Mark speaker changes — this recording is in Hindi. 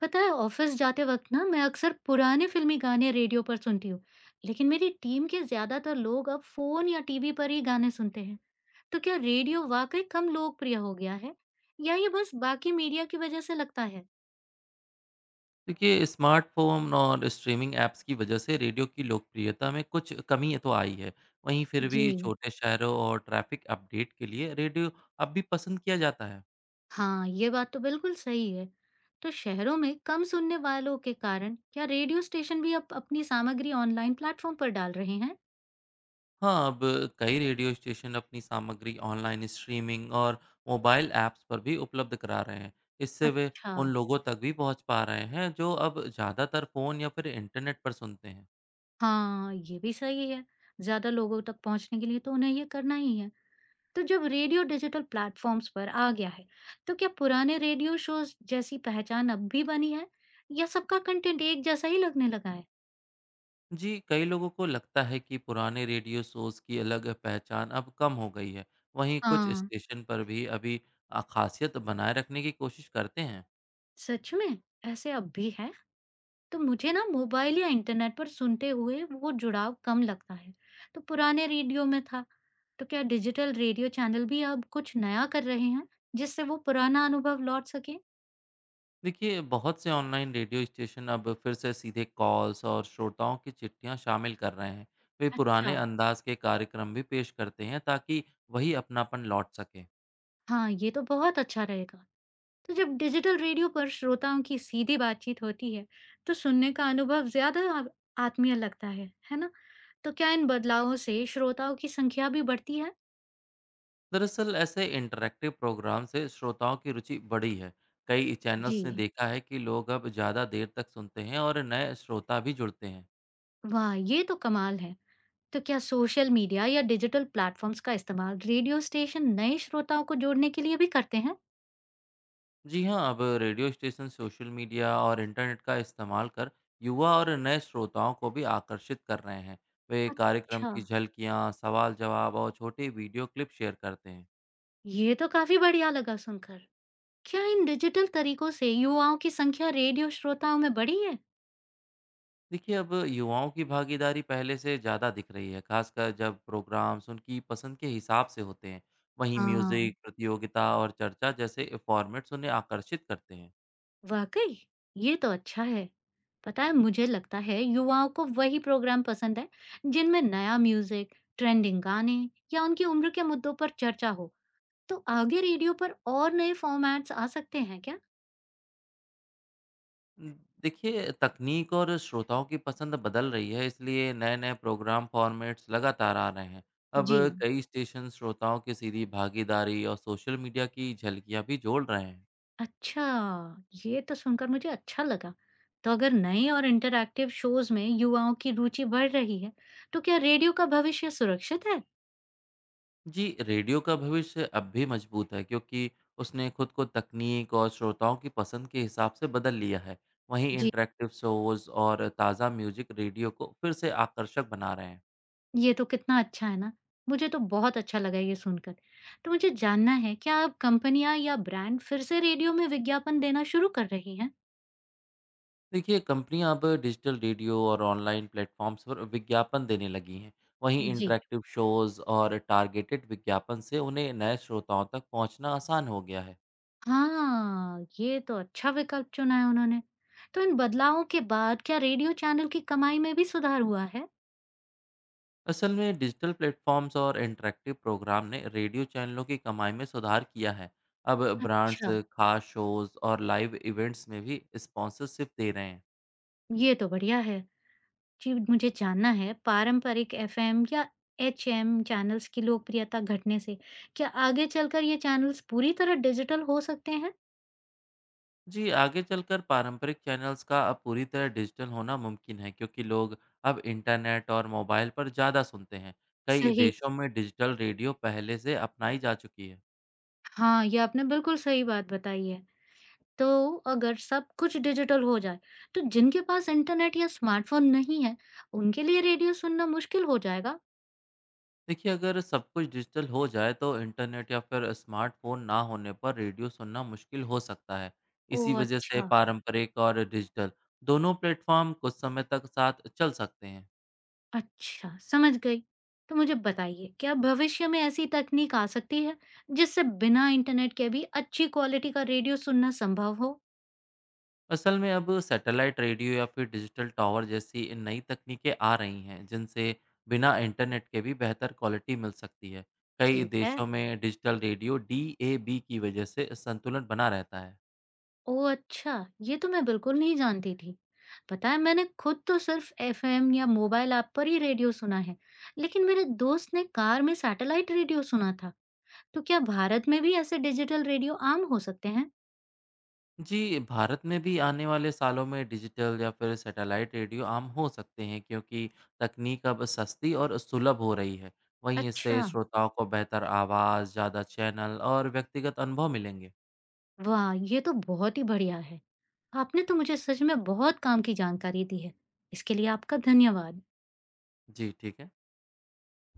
Speaker 1: पता है ऑफिस जाते वक्त ना मैं अक्सर पुराने फिल्मी गाने रेडियो पर सुनती हूँ। लेकिन मेरी टीम के ज्यादातर लोग अब फोन या टीवी पर ही गाने सुनते हैं। तो क्या रेडियो वाकई कम लोकप्रिय हो गया है? या ये बस बाकी मीडिया की वजह से लगता है?
Speaker 2: देखिए स्मार्टफ़ोन और स्ट्रीमिंग ऐप्स की वजह से रेडियो की लोकप्रियता में कुछ कमी तो आई है। वहीं फिर
Speaker 1: जी।
Speaker 2: भी छोटे शहरों और ट्रैफ़िक अपडेट के लिए रेडियो अब भी पसंद किया जाता है।
Speaker 1: हाँ ये बात तो बिल्कुल सही है। तो शहरों में कम सुनने वालों के कारण क्या रेडियो स्टेशन भी अब अपनी सामग्री ऑनलाइन प्लेटफॉर्म पर डाल रहे हैं?
Speaker 2: हाँ, अब कई रेडियो स्टेशन अपनी सामग्री ऑनलाइन स्ट्रीमिंग और मोबाइल ऐप्स पर भी उपलब्ध करा रहे हैं। इससे वे
Speaker 1: अच्छा।
Speaker 2: उन लोगों तक भी पहुँच पा रहे हैं जो अब ज़्यादातर फ़ोन या फिर इंटरनेट पर सुनते हैं।
Speaker 1: हाँ ये भी सही है। ज्यादा लोगों तक पहुंचने के लिए तो उन्हें ये करना ही है। तो जब रेडियो डिजिटल प्लेटफॉर्म्स पर आ गया है, तो क्या पुराने रेडियो शोज जैसी पहचान अब भी बनी है? या सबका कंटेंट एक जैसा ही लगने लगा है?
Speaker 2: जी, कई लोगों को लगता है कि पुराने रेडियो शोज़ की अलग पहचान अब कम हो गई है। वहीं कुछ
Speaker 1: हाँ।
Speaker 2: स्टेशन पर भी अभी ख़ासियत बनाए रखने की कोशिश करते हैं।
Speaker 1: सच में ऐसे अब भी है। तो मुझे ना मोबाइल या इंटरनेट पर सुनते हुए वो जुड़ाव कम लगता है, तो पुराने रेडियो में था। तो क्या डिजिटल रेडियो चैनल भी अब कुछ नया कर रहे हैं, जिससे वो पुराना अनुभव लौट सके?
Speaker 2: देखिए, बहुत से ऑनलाइन रेडियो स्टेशन अब फिर से सीधे कॉल्स और श्रोताओं की चिट्ठियाँ शामिल कर रहे हैं। वे
Speaker 1: अच्छा।
Speaker 2: पुराने अंदाज़ के कार्यक्रम भी पेश करते हैं ताकि वही अपनापन लौट सके।
Speaker 1: हाँ ये तो बहुत अच्छा रहेगा। तो जब डिजिटल रेडियो पर श्रोताओं की सीधी बातचीत होती है, तो सुनने का अनुभव ज्यादा आत्मीय लगता है ना? तो क्या इन बदलावों से श्रोताओं की संख्या भी बढ़ती है?
Speaker 2: दरअसल ऐसे इंटरैक्टिव प्रोग्राम से श्रोताओं की रुचि बढ़ी है। कई
Speaker 1: जी।
Speaker 2: चैनल्स ने देखा है कि लोग अब ज़्यादा देर तक सुनते हैं और नए श्रोता भी जुड़ते हैं।
Speaker 1: वाह, ये तो कमाल है। तो क्या सोशल मीडिया या डिजिटल प्लेटफॉर्म्स का इस्तेमाल रेडियो स्टेशन नए श्रोताओं को जोड़ने के लिए भी करते हैं?
Speaker 2: जी हाँ, अब रेडियो स्टेशन सोशल मीडिया और इंटरनेट का इस्तेमाल कर युवा और नए श्रोताओं को भी आकर्षित कर रहे हैं। वे कार्यक्रम
Speaker 1: अच्छा,
Speaker 2: की झलकियाँ, सवाल जवाब और छोटे वीडियो क्लिप शेयर करते हैं।
Speaker 1: ये तो काफी बढ़िया लगा सुनकर। क्या इन डिजिटल तरीकों से युवाओं की संख्या रेडियो श्रोताओं में बढ़ी है?
Speaker 2: देखिए, अब युवाओं की भागीदारी पहले से ज़्यादा दिख रही है, खासकर जब प्रोग्राम्स उनकी पसंद के हिसाब से होते हैं। वहीं
Speaker 1: हाँ,
Speaker 2: म्यूज़िक, प्रतियोगिता और चर्चा जैसे फॉर्मेट्स उन्हें आकर्षित करते हैं।
Speaker 1: वाकई, ये तो अच्छा है। पता है मुझे लगता है युवाओं को वही प्रोग्राम पसंद है, जिनमें नया म्यूजिक, ट्रेंडिंग गाने या उनकी उम्र के मुद्दों पर चर्चा हो। तो आगे रेडियो पर और नए फॉर्मेट्स आ सकते हैं क्या?
Speaker 2: उम, देखिए, तकनीक और श्रोताओं की पसंद बदल रही है, इसलिए नए-नए प्रोग्राम फॉर्मेट्स लगातार आ रहे हैं। अब
Speaker 1: जी।
Speaker 2: कई स्टेशन श्रोताओं की सीधी भागीदारी और सोशल मीडिया की झलकियाँ भी जोड़ रहे हैं।
Speaker 1: अच्छा, ये तो सुनकर मुझे अच्छा लगा। तो अगर नए और इंटरैक्टिव शोज में युवाओं की रुचि बढ़ रही है, तो क्या रेडियो का भविष्य सुरक्षित है?
Speaker 2: जी, रेडियो का भविष्य अब भी मजबूत है क्योंकि उसने खुद को तकनीक और श्रोताओं की पसंद के हिसाब से बदल लिया है। वहीं
Speaker 1: जी।
Speaker 2: इंटरैक्टिव शोज़ और ताज़ा म्यूज़िक रेडियो को फिर से आकर्षक बना रहे हैं।
Speaker 1: ये तो कितना अच्छा है ना। मुझे तो बहुत अच्छा लगा ये सुनकर। तो मुझे जानना है, क्या अब कंपनियाँ या ब्रांड फिर से रेडियो में विज्ञापन देना शुरू कर रही हैं?
Speaker 2: देखिए, कंपनियां अब डिजिटल रेडियो और ऑनलाइन प्लेटफॉर्म्स पर विज्ञापन देने लगी हैं। वहीं
Speaker 1: जी।
Speaker 2: इंटरैक्टिव शोज़ और टारगेटेड विज्ञापन से उन्हें नए श्रोताओं तक पहुंचना आसान हो गया है।
Speaker 1: हाँ, ये तो अच्छा विकल्प चुना है उन्होंने। तो इन बदलावों के बाद क्या रेडियो चैनल की कमाई में भी सुधार हुआ है?
Speaker 2: असल में डिजिटल प्लेटफॉर्म्स और इंटरेक्टिव प्रोग्राम ने रेडियो चैनलों की कमाई में सुधार किया है। अब ब्रांड्स
Speaker 1: अच्छा,
Speaker 2: खास शोज और लाइव इवेंट्स में भी स्पॉन्सरशिप दे रहे हैं।
Speaker 1: ये तो बढ़िया है। जी, मुझे जानना है, पारंपरिक एफएम या एचएम चैनल्स की लोकप्रियता घटने से क्या आगे चलकर ये चैनल्स पूरी तरह डिजिटल हो सकते हैं?
Speaker 2: जी, आगे चलकर पारंपरिक चैनल्स का अब पूरी तरह डिजिटल होना मुमकिन है क्योंकि लोग अब इंटरनेट और मोबाइल पर ज़्यादा सुनते हैं। कई
Speaker 1: सही।
Speaker 2: देशों में डिजिटल रेडियो पहले से अपनाई जा चुकी है।
Speaker 1: हाँ, ये आपने बिल्कुल सही बात बताई है। तो अगर सब कुछ डिजिटल हो जाए, तो जिनके पास इंटरनेट या स्मार्टफ़ोन नहीं है, उनके लिए रेडियो सुनना मुश्किल हो जाएगा?
Speaker 2: देखिए, अगर सब कुछ डिजिटल हो जाए तो इंटरनेट या फिर स्मार्टफोन ना होने पर रेडियो सुनना मुश्किल हो सकता है। इसी
Speaker 1: ओह!
Speaker 2: वजह से
Speaker 1: अच्छा,
Speaker 2: पारंपरिक और डिजिटल दोनों प्लेटफॉर्म कुछ समय तक साथ चल सकते हैं।
Speaker 1: अच्छा, समझ गई। तो मुझे बताइए, क्या भविष्य में ऐसी तकनीक आ सकती है, जिससे बिना इंटरनेट के भी अच्छी क्वालिटी का रेडियो सुनना संभव हो?
Speaker 2: असल में अब सैटेलाइट रेडियो या फिर डिजिटल टावर जैसी नई तकनीकें आ रही हैं जिनसे बिना इंटरनेट के भी बेहतर क्वालिटी मिल सकती है। कई
Speaker 1: ठीक है।
Speaker 2: देशों में डिजिटल रेडियो डीएबी की वजह से संतुलन बना रहता है।
Speaker 1: ओह अच्छा, ये तो मैं बिल्कुल नहीं जानती थी। पता है मैंने खुद तो सिर्फ एफएम या मोबाइल ऐप पर ही रेडियो सुना है, लेकिन मेरे दोस्त ने कार में सैटेलाइट रेडियो सुना था। तो क्या भारत में भी ऐसे डिजिटल रेडियो आम हो सकते हैं?
Speaker 2: जी, भारत में भी आने वाले सालों में डिजिटल या फिर सैटेलाइट रेडियो आम हो सकते हैं क्योंकि तकनीक अब सस्ती और सुलभ हो रही है। वहीं इससे
Speaker 1: अच्छा,
Speaker 2: श्रोताओं को बेहतर आवाज़, ज़्यादा चैनल और व्यक्तिगत अनुभव मिलेंगे।
Speaker 1: वाह, ये तो बहुत ही बढ़िया है। आपने तो मुझे सच में बहुत काम की जानकारी दी है। इसके लिए आपका धन्यवाद।
Speaker 2: जी, ठीक है।